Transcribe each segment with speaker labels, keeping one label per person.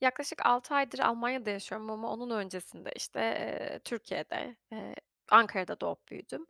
Speaker 1: Yaklaşık 6 aydır Almanya'da yaşıyorum ama onun öncesinde, Türkiye'de, Ankara'da doğup büyüdüm.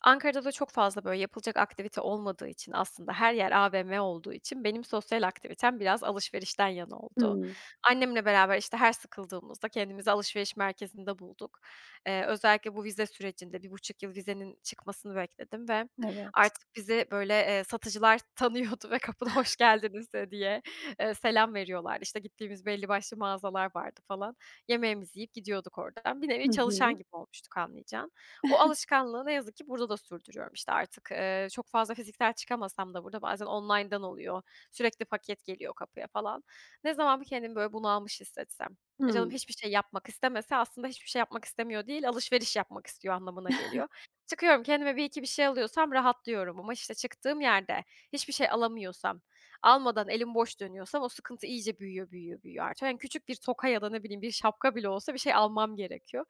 Speaker 1: Ankara'da da çok fazla, böyle, yapılacak aktivite olmadığı için aslında her yer AVM olduğu için benim sosyal aktivitem biraz alışverişten yana oldu.
Speaker 2: Hımm,
Speaker 1: Annemle beraber, işte, her sıkıldığımızda kendimizi alışveriş merkezinde bulduk. Özellikle bu vize sürecinde 1,5 yıl vizenin çıkmasını bekledim ve
Speaker 2: evet.
Speaker 1: artık bizi, böyle, satıcılar tanıyordu ve kapıda "Hoş geldiniz." Diye selam veriyorlardı. İşte, gittiğimiz belli başlı mağazalar vardı falan. Yemeğimizi yiyip gidiyorduk oradan. Bir nevi
Speaker 2: Hı hı.
Speaker 1: çalışan gibi olmuştuk anlayacağın. O alışkanlığı ne yazık ki burada da sürdürüyorum. İşte, artık, çok fazla fiziksel çıkamasam da burada bazen online'dan oluyor. Sürekli paket geliyor kapıya falan. Ne zaman bir kendimi böyle bunalmış hissetsem, canım
Speaker 2: Hımm,
Speaker 1: hiçbir şey yapmak istemese aslında hiçbir şey yapmak istemiyor değil, alışveriş yapmak istiyor anlamına geliyor. Çıkıyorum, kendime bir iki bir şey alıyorsam rahatlıyorum ama, işte, çıktığım yerde hiçbir şey alamıyorsam almadan elim boş dönüyorsam o sıkıntı iyice büyüyor, büyüyor, büyüyor artıyor. Yani küçük bir toka ya da ne bileyim bir şapka bile olsa bir şey almam gerekiyor.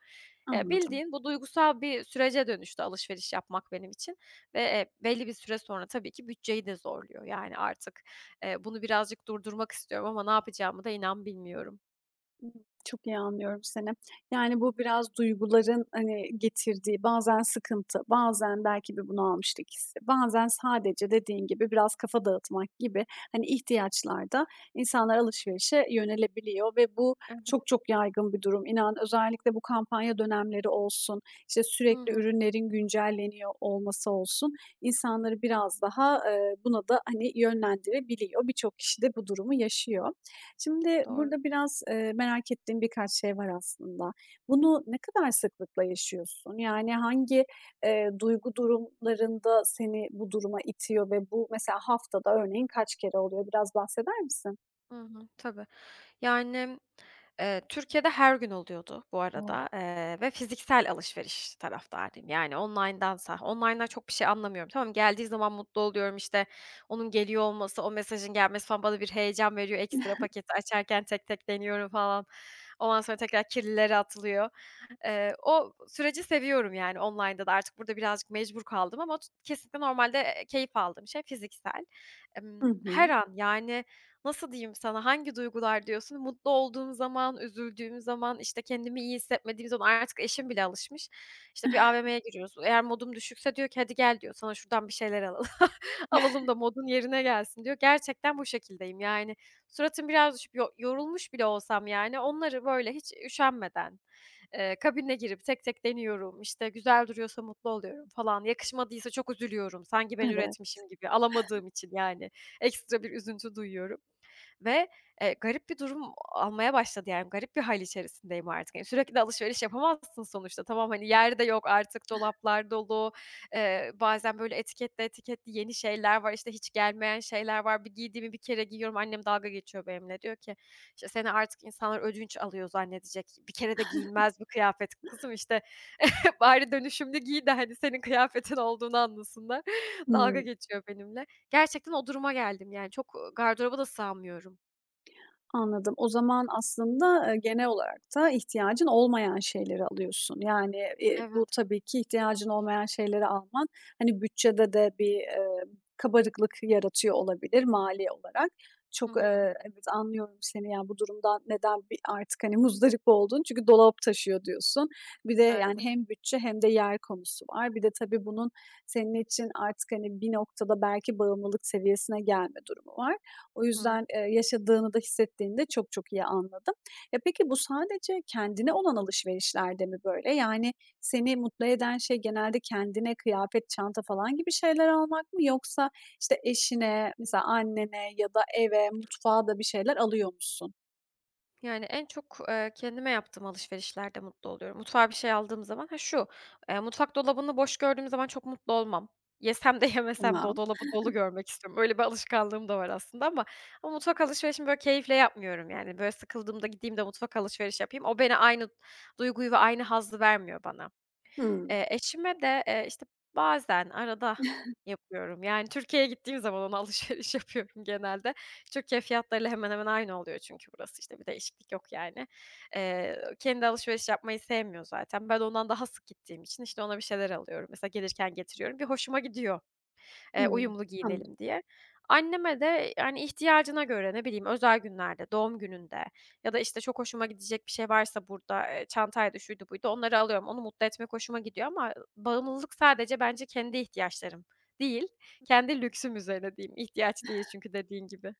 Speaker 2: anladım.
Speaker 1: Bildiğin bu duygusal bir sürece dönüştü alışveriş yapmak benim için ve, belli bir süre sonra tabii ki bütçeyi de zorluyor. Yani artık, bunu birazcık durdurmak istiyorum ama ne yapacağımı da inan bilmiyorum.
Speaker 2: Çok iyi anlıyorum seni. Yani, bu biraz duyguların, hani, getirdiği bazen sıkıntı, bazen belki bir bunalmışlık hissi, bazen sadece dediğin gibi biraz kafa dağıtmak gibi, hani, ihtiyaçlarda insanlar alışverişe yönelebiliyor ve bu
Speaker 1: Evet.
Speaker 2: çok çok yaygın bir durum. İnan özellikle bu kampanya dönemleri olsun, işte,
Speaker 1: Hı
Speaker 2: sürekli
Speaker 1: hı.
Speaker 2: ürünlerin güncelleniyor olması olsun, insanları biraz daha, buna da, hani, yönlendirebiliyor. Birçok kişi de bu durumu yaşıyor. Şimdi
Speaker 1: Doğru.
Speaker 2: burada biraz, merak ettiğim birkaç şey var aslında. Bunu ne kadar sıklıkla yaşıyorsun? Yani hangi, duygu durumlarında seni bu duruma itiyor ve bu mesela haftada örneğin kaç kere oluyor? Biraz bahseder misin?
Speaker 1: Hı hı. Tabii. Yani, Türkiye'de her gün oluyordu bu
Speaker 2: O!
Speaker 1: arada, ve fiziksel alışveriş taraftarıyım. Yani online'dansa. Online'dan çok bir şey anlamıyorum. Tamam, geldiği zaman mutlu oluyorum, işte, onun geliyor olması, o mesajın gelmesi falan bana bir heyecan veriyor. Ekstra paketi açarken tek tek deniyorum falan. Ondan sonra tekrar kirlileri atılıyor. O süreci seviyorum yani online'da da. Artık burada birazcık mecbur kaldım ama kesinlikle normalde, keyif aldığım şey fiziksel.
Speaker 2: Hı
Speaker 1: Her
Speaker 2: hı.
Speaker 1: an yani nasıl diyeyim sana, hangi duygular diyorsun? Mutlu olduğum zaman, üzüldüğüm zaman, işte, kendimi iyi hissetmediğim zaman artık eşim bile alışmış. İşte, bir AVM'ye giriyoruz. Eğer modum düşükse diyor ki, "Hadi gel." diyor, "Sana şuradan bir şeyler alalım alalım da modun yerine gelsin." diyor. Gerçekten bu şekildeyim. Yani suratım biraz düşüp yorulmuş bile olsam, yani, onları böyle hiç üşenmeden, kabinine girip tek tek deniyorum. İşte, güzel duruyorsa mutlu oluyorum falan. Yakışmadıysa çok üzülüyorum. Sanki ben
Speaker 2: Evet.
Speaker 1: üretmişim gibi alamadığım için, yani, ekstra bir üzüntü duyuyorum. Ve, garip bir durum almaya başladı yani garip bir hâl içerisindeyim artık. Yani sürekli de alışveriş yapamazsın sonuçta. Tamam, hani, yer de yok artık, dolaplar dolu. Bazen böyle etiketli etiketli yeni şeyler var, işte, hiç gelmeyen şeyler var. Bir giydiğimi bir kere giyiyorum, annem dalga geçiyor benimle. Diyor ki, işte, "Seni artık insanlar ödünç alıyor zannedecek. Bir kere de giyilmez bir kıyafet kızım, işte, bari dönüşümlü giy de, hani, senin kıyafetin olduğunu anlasınlar." Dalga
Speaker 2: Hımm.
Speaker 1: geçiyor benimle. Gerçekten o duruma geldim yani çok, gardıroba da sığamıyorum.
Speaker 2: Anladım. O zaman aslında, genel olarak da ihtiyacın olmayan şeyleri alıyorsun. Yani, bu
Speaker 1: Evet.
Speaker 2: tabii ki ihtiyacın olmayan şeyleri alman, hani, bütçede de bir, kabarıklık yaratıyor olabilir mali olarak.
Speaker 1: Hı
Speaker 2: Çok,
Speaker 1: hı.
Speaker 2: evet, anlıyorum seni, yani, bu durumdan neden bir artık, hani, muzdarip oldun çünkü dolap taşıyor diyorsun. Bir de, yani,
Speaker 1: Aynen.
Speaker 2: hem bütçe hem de yer konusu var. Bir de tabii bunun senin için artık, hani, bir noktada belki bağımlılık seviyesine gelme durumu var. O
Speaker 1: Hı hı.
Speaker 2: yüzden, yaşadığını da hissettiğini de çok çok iyi anladım. Ya, peki bu sadece kendine olan alışverişlerde mi böyle? Yani seni mutlu eden şey genelde kendine kıyafet, çanta falan gibi şeyler almak mı yoksa, işte, eşine, mesela annene ya da eve, mutfağa da bir şeyler alıyor musun?
Speaker 1: Yani, en çok, kendime yaptığım alışverişlerde mutlu oluyorum. Mutfağa bir şey aldığım zaman ha, şu, mutfak dolabını boş gördüğüm zaman çok mutlu olmam. Yesem de yemesem de o
Speaker 2: Tamam.
Speaker 1: dolabı dolu görmek istiyorum. Öyle bir alışkanlığım da var aslında ama mutfak alışverişimi, böyle, keyifle yapmıyorum, yani. Böyle, sıkıldığımda gideyim de mutfak alışveriş yapayım. O beni aynı duyguyu ve aynı hazzı vermiyor bana.
Speaker 2: Hımm.
Speaker 1: Eşime de, işte, bazen arada yapıyorum. Yani Türkiye'ye gittiğim zaman ona alışveriş yapıyorum genelde. Türkiye fiyatlarıyla hemen hemen aynı oluyor çünkü burası, işte, bir değişiklik yok yani. Kendi alışveriş yapmayı sevmiyor zaten. Ben ondan daha sık gittiğim için, işte, ona bir şeyler alıyorum. Mesela gelirken getiriyorum. Bir hoşuma gidiyor.
Speaker 2: Hımm.
Speaker 1: Uyumlu
Speaker 2: Anladım.
Speaker 1: giyinelim diye. Anneme de, yani, ihtiyacına göre, ne bileyim, özel günlerde, doğum gününde ya da, işte, çok hoşuma gidecek bir şey varsa burada, çantaydı, şuydu, buydu, onları alıyorum. Onu mutlu etmek hoşuma gidiyor ama bağımlılık sadece bence kendi ihtiyaçlarım değil, kendi lüksüm üzerine diyeyim. İhtiyaç değil çünkü dediğin gibi.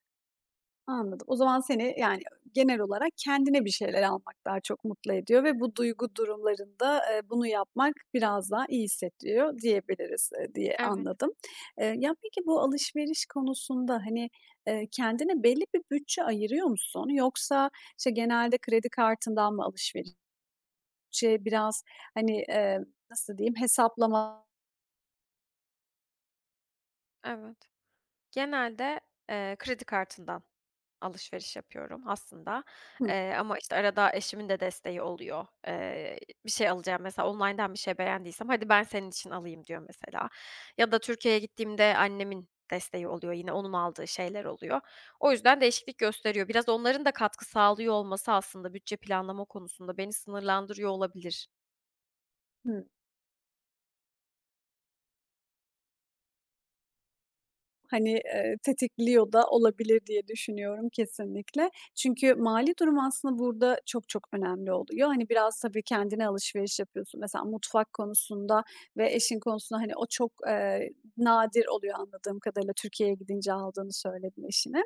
Speaker 2: Anladım. O zaman seni, yani, genel olarak kendine bir şeyler almak daha çok mutlu ediyor ve bu duygu durumlarında, bunu yapmak biraz daha iyi hissettiriyor diyebiliriz, diye
Speaker 1: Evet,
Speaker 2: anladım. Ya, peki bu alışveriş konusunda, hani, kendine belli bir bütçe ayırıyor musun? Yoksa, işte, genelde kredi kartından mı alışverişe biraz, hani, nasıl diyeyim, hesaplama.
Speaker 1: evet. Genelde, kredi kartından. Alışveriş yapıyorum aslında,
Speaker 2: Hı
Speaker 1: ama, işte, arada eşimin de desteği oluyor. Bir şey alacağım mesela online'dan bir şey beğendiysem "Hadi ben senin için alayım." diyor mesela ya da Türkiye'ye gittiğimde annemin desteği oluyor, yine onun aldığı şeyler oluyor. O yüzden değişiklik gösteriyor. Biraz onların da katkı sağlıyor olması aslında bütçe planlama konusunda beni sınırlandırıyor olabilir.
Speaker 2: hı. Hani, tetikliyor da olabilir diye düşünüyorum kesinlikle. Çünkü mali durum aslında burada çok çok önemli oluyor. Hani, biraz tabii kendine alışveriş yapıyorsun. Mesela mutfak konusunda ve eşin konusunda, hani, o çok, nadir oluyor anladığım kadarıyla. Türkiye'ye gidince aldığını söyledin eşine.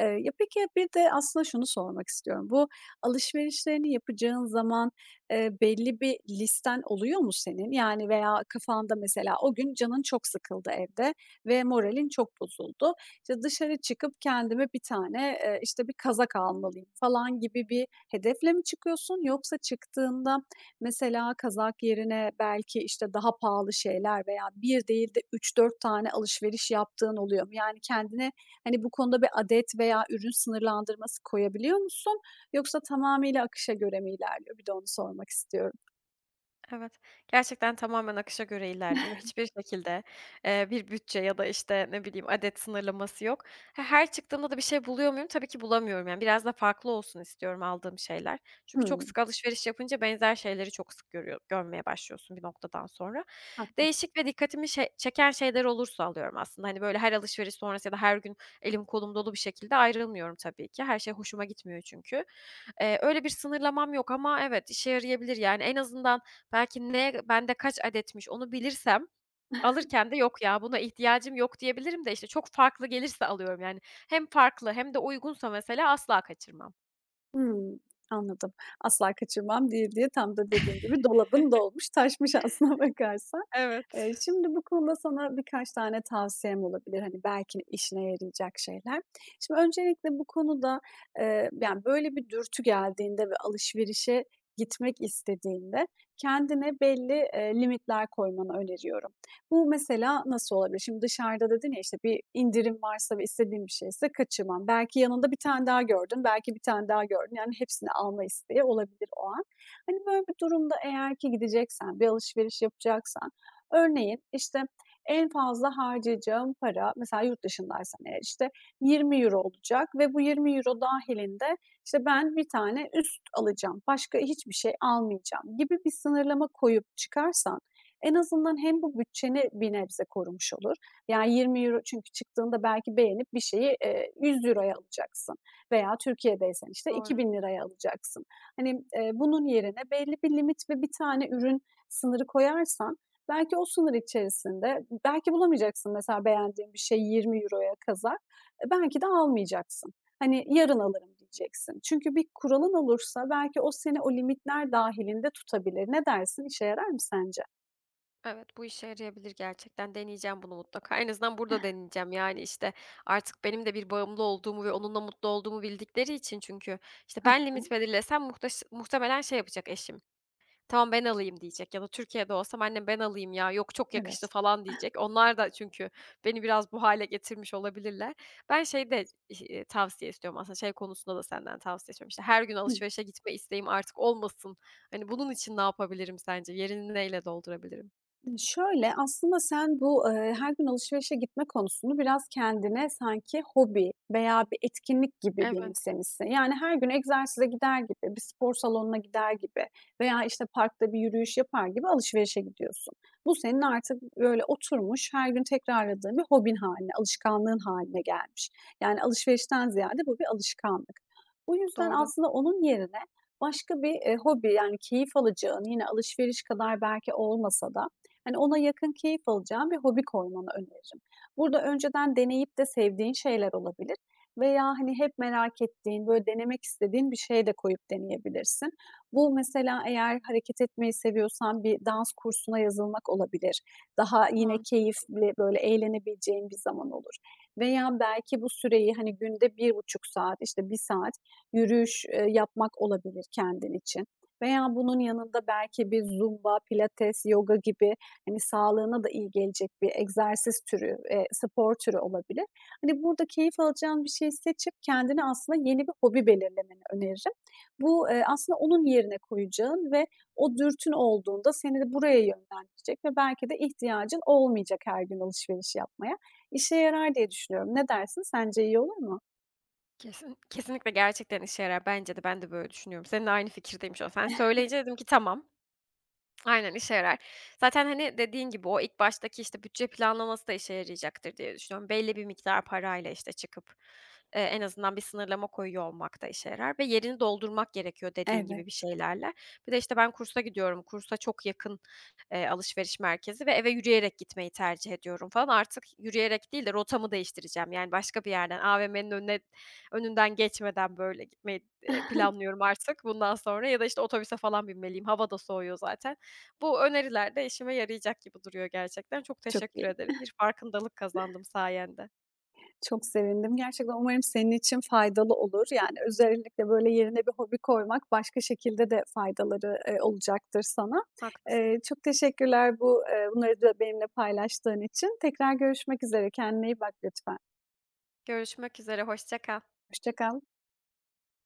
Speaker 2: Ya, peki, bir de aslında şunu sormak istiyorum. Bu alışverişlerini yapacağın zaman, belli bir listen oluyor mu senin? Yani veya kafanda mesela o gün canın çok sıkıldı evde ve moralin çok bozuldu. İşte, dışarı çıkıp kendime bir tane, işte, bir kazak almalıyım falan gibi bir hedefle mi çıkıyorsun? Yoksa çıktığında mesela kazak yerine belki, işte, daha pahalı şeyler veya bir değil de üç dört tane alışveriş yaptığın oluyor mu? Yani kendine Hani, bu konuda bir adet veya ürün sınırlandırması koyabiliyor musun yoksa tamamıyla akışa göre mi ilerliyor? Bir de onu sormak istiyorum.
Speaker 1: Evet, gerçekten tamamen akışa göre ilerliyor. Hiçbir şekilde, bir bütçe ya da, işte, ne bileyim, adet sınırlaması yok. He her çıktığımda da bir şey buluyor muyum? Tabii ki bulamıyorum. Yani, biraz da farklı olsun istiyorum aldığım şeyler. Çünkü çok
Speaker 2: Hımm.
Speaker 1: sık alışveriş yapınca benzer şeyleri çok sık görmeye başlıyorsun bir noktadan sonra.
Speaker 2: Hak
Speaker 1: Değişik ve dikkatimi şey çeken şeyler olursa alıyorum aslında. Hani, böyle, her alışveriş sonrası ya da her gün elim kolum dolu bir şekilde ayrılmıyorum tabii ki. Her şey hoşuma gitmiyor çünkü. Öyle bir sınırlamam yok ama evet, işe yarayabilir. Yani, en azından belki ne bende kaç adetmiş onu bilirsem alırken de "Yok ya, buna ihtiyacım yok." diyebilirim de, işte, çok farklı gelirse alıyorum yani. Hem farklı hem de uygunsa mesela asla kaçırmam.
Speaker 2: Hımm, anladım. "Asla kaçırmam." diye diye tam da dediğin gibi dolabın dolmuş taşmış aslına bakarsan.
Speaker 1: Evet.
Speaker 2: Şimdi bu konuda sana birkaç tane tavsiyem olabilir, hani, belki işine yarayacak şeyler. Şimdi öncelikle bu konuda, yani, böyle bir dürtü geldiğinde ve alışverişe gitmek istediğinde kendine belli, limitler koymanı öneriyorum. Bu mesela nasıl olabilir? Şimdi dışarıda dedin ya, işte, bir indirim varsa ve istediğim bir şeyse kaçırmam. Belki yanında bir tane daha gördün, belki bir tane daha gördün. Yani hepsini alma isteği olabilir o an. Hani, böyle bir durumda eğer ki gideceksen, bir alışveriş yapacaksan, örneğin, işte, en fazla harcayacağım para, mesela yurt dışındaysan eğer, işte, 20 euro olacak ve bu 20 euro dahilinde işte, ben bir tane üst alacağım, başka hiçbir şey almayacağım gibi bir sınırlama koyup çıkarsan en azından hem bu bütçeni bir nebze korumuş olur. Yani 20 euro çünkü çıktığında belki beğenip bir şeyi, 100 euroya alacaksın veya Türkiye'deysen, işte, iki
Speaker 1: Doğru.
Speaker 2: bin liraya alacaksın. Hani, bunun yerine belli bir limit ve bir tane ürün sınırı koyarsan belki o sınır içerisinde belki bulamayacaksın mesela beğendiğin bir şey €20'ya kazak, belki de almayacaksın. Hani, "Yarın alırım." diyeceksin. Çünkü bir kuralın olursa belki o seni o limitler dahilinde tutabilir. Ne dersin, işe yarar mı sence?
Speaker 1: Evet, bu işe yarayabilir gerçekten. Deneyeceğim bunu mutlaka. En azından burada deneyeceğim. Yani, işte, artık benim de bir bağımlı olduğumu ve onunla mutlu olduğumu bildikleri için çünkü, işte, ben limit belirlesem muhtemelen şey yapacak eşim "Tamam, ben alayım." diyecek ya da Türkiye'de olsam annem, "Ben alayım ya, yok çok
Speaker 2: Evet.
Speaker 1: yakıştı." falan diyecek. Onlar da çünkü beni biraz bu hale getirmiş olabilirler. Ben şeyde, tavsiye istiyorum aslında, şey konusunda da senden tavsiye istiyorum. İşte, her gün
Speaker 2: Hı
Speaker 1: alışverişe gitme isteğim artık olmasın. Hani, bunun için ne yapabilirim sence? Yerini neyle doldurabilirim?
Speaker 2: Şöyle, aslında sen bu, her gün alışverişe gitme konusunu biraz kendine sanki hobi veya bir etkinlik gibi
Speaker 1: Evet,
Speaker 2: benimsemişsin. Yani her gün egzersize gider gibi, bir spor salonuna gider gibi veya, işte, parkta bir yürüyüş yapar gibi alışverişe gidiyorsun. Bu senin artık böyle oturmuş, her gün tekrarladığın bir hobin haline alışkanlığın haline gelmiş. Yani alışverişten ziyade bu bir alışkanlık. Bu yüzden
Speaker 1: doğru.
Speaker 2: aslında onun yerine başka bir, hobi, yani keyif alacağın, yine alışveriş kadar belki olmasa da hani, ona yakın keyif alacağın bir hobi koymanı öneririm. Burada önceden deneyip de sevdiğin şeyler olabilir veya, hani, hep merak ettiğin, böyle, denemek istediğin bir şey de koyup deneyebilirsin. Bu mesela eğer hareket etmeyi seviyorsan bir dans kursuna yazılmak olabilir. Daha yine
Speaker 1: Mantıklı.
Speaker 2: keyifli, böyle, eğlenebileceğin bir zaman olur veya belki bu süreyi, hani, günde 1,5 saat, işte, 1 saat yürüyüş, yapmak olabilir kendin için veya bunun yanında belki bir zumba, pilates, yoga gibi hani, sağlığına da iyi gelecek bir egzersiz türü, spor türü olabilir. Hani, burada keyif alacağın bir şey seçip kendine aslında yeni bir hobi belirlemeni öneririm. Bu, aslında onun yerine koyacağın ve o dürtün olduğunda seni de buraya yönlendirecek ve belki de ihtiyacın olmayacak her gün alışveriş yapmaya. İşe yarar diye düşünüyorum. Ne dersin? Sence iyi olur mu?
Speaker 1: Kesinlikle gerçekten işe yarar bence de. Ben de böyle düşünüyorum. Seninle aynı fikirdeyim şu an. Sen söyleyince dedim ki tamam. Aynen, işe yarar. Zaten, hani, dediğin gibi o ilk baştaki, işte, bütçe planlaması da işe yarayacaktır diye düşünüyorum. Belli bir miktar parayla, işte, çıkıp, en azından bir sınırlama koyuyor olmak da işe yarar ve yerini doldurmak gerekiyor dediğin gibi bir
Speaker 2: Evet.
Speaker 1: şeylerle. Bir de, işte, ben kursa gidiyorum. Kursa çok yakın, alışveriş merkezi ve eve yürüyerek gitmeyi tercih ediyorum falan. Artık yürüyerek değil de rotamı değiştireceğim. Yani, başka bir yerden AVM'nin önüne önünden geçmeden, böyle, gitmeyi, planlıyorum artık bundan sonra ya da, işte, otobüse falan binmeliyim. Hava da soğuyor zaten. Bu öneriler de işime yarayacak gibi duruyor gerçekten. Çok
Speaker 2: Çok
Speaker 1: teşekkür
Speaker 2: iyi.
Speaker 1: ederim. Bir farkındalık kazandım sayende.
Speaker 2: Çok sevindim. Gerçekten umarım senin için faydalı olur. Yani, özellikle, böyle, yerine bir hobi koymak başka şekilde de faydaları, olacaktır sana.
Speaker 1: Haklısın.
Speaker 2: Çok teşekkürler bu, bunları da benimle paylaştığın için. Tekrar görüşmek üzere. Kendine iyi bak lütfen.
Speaker 1: Görüşmek üzere, hoşça kal.
Speaker 2: Hoşça kal.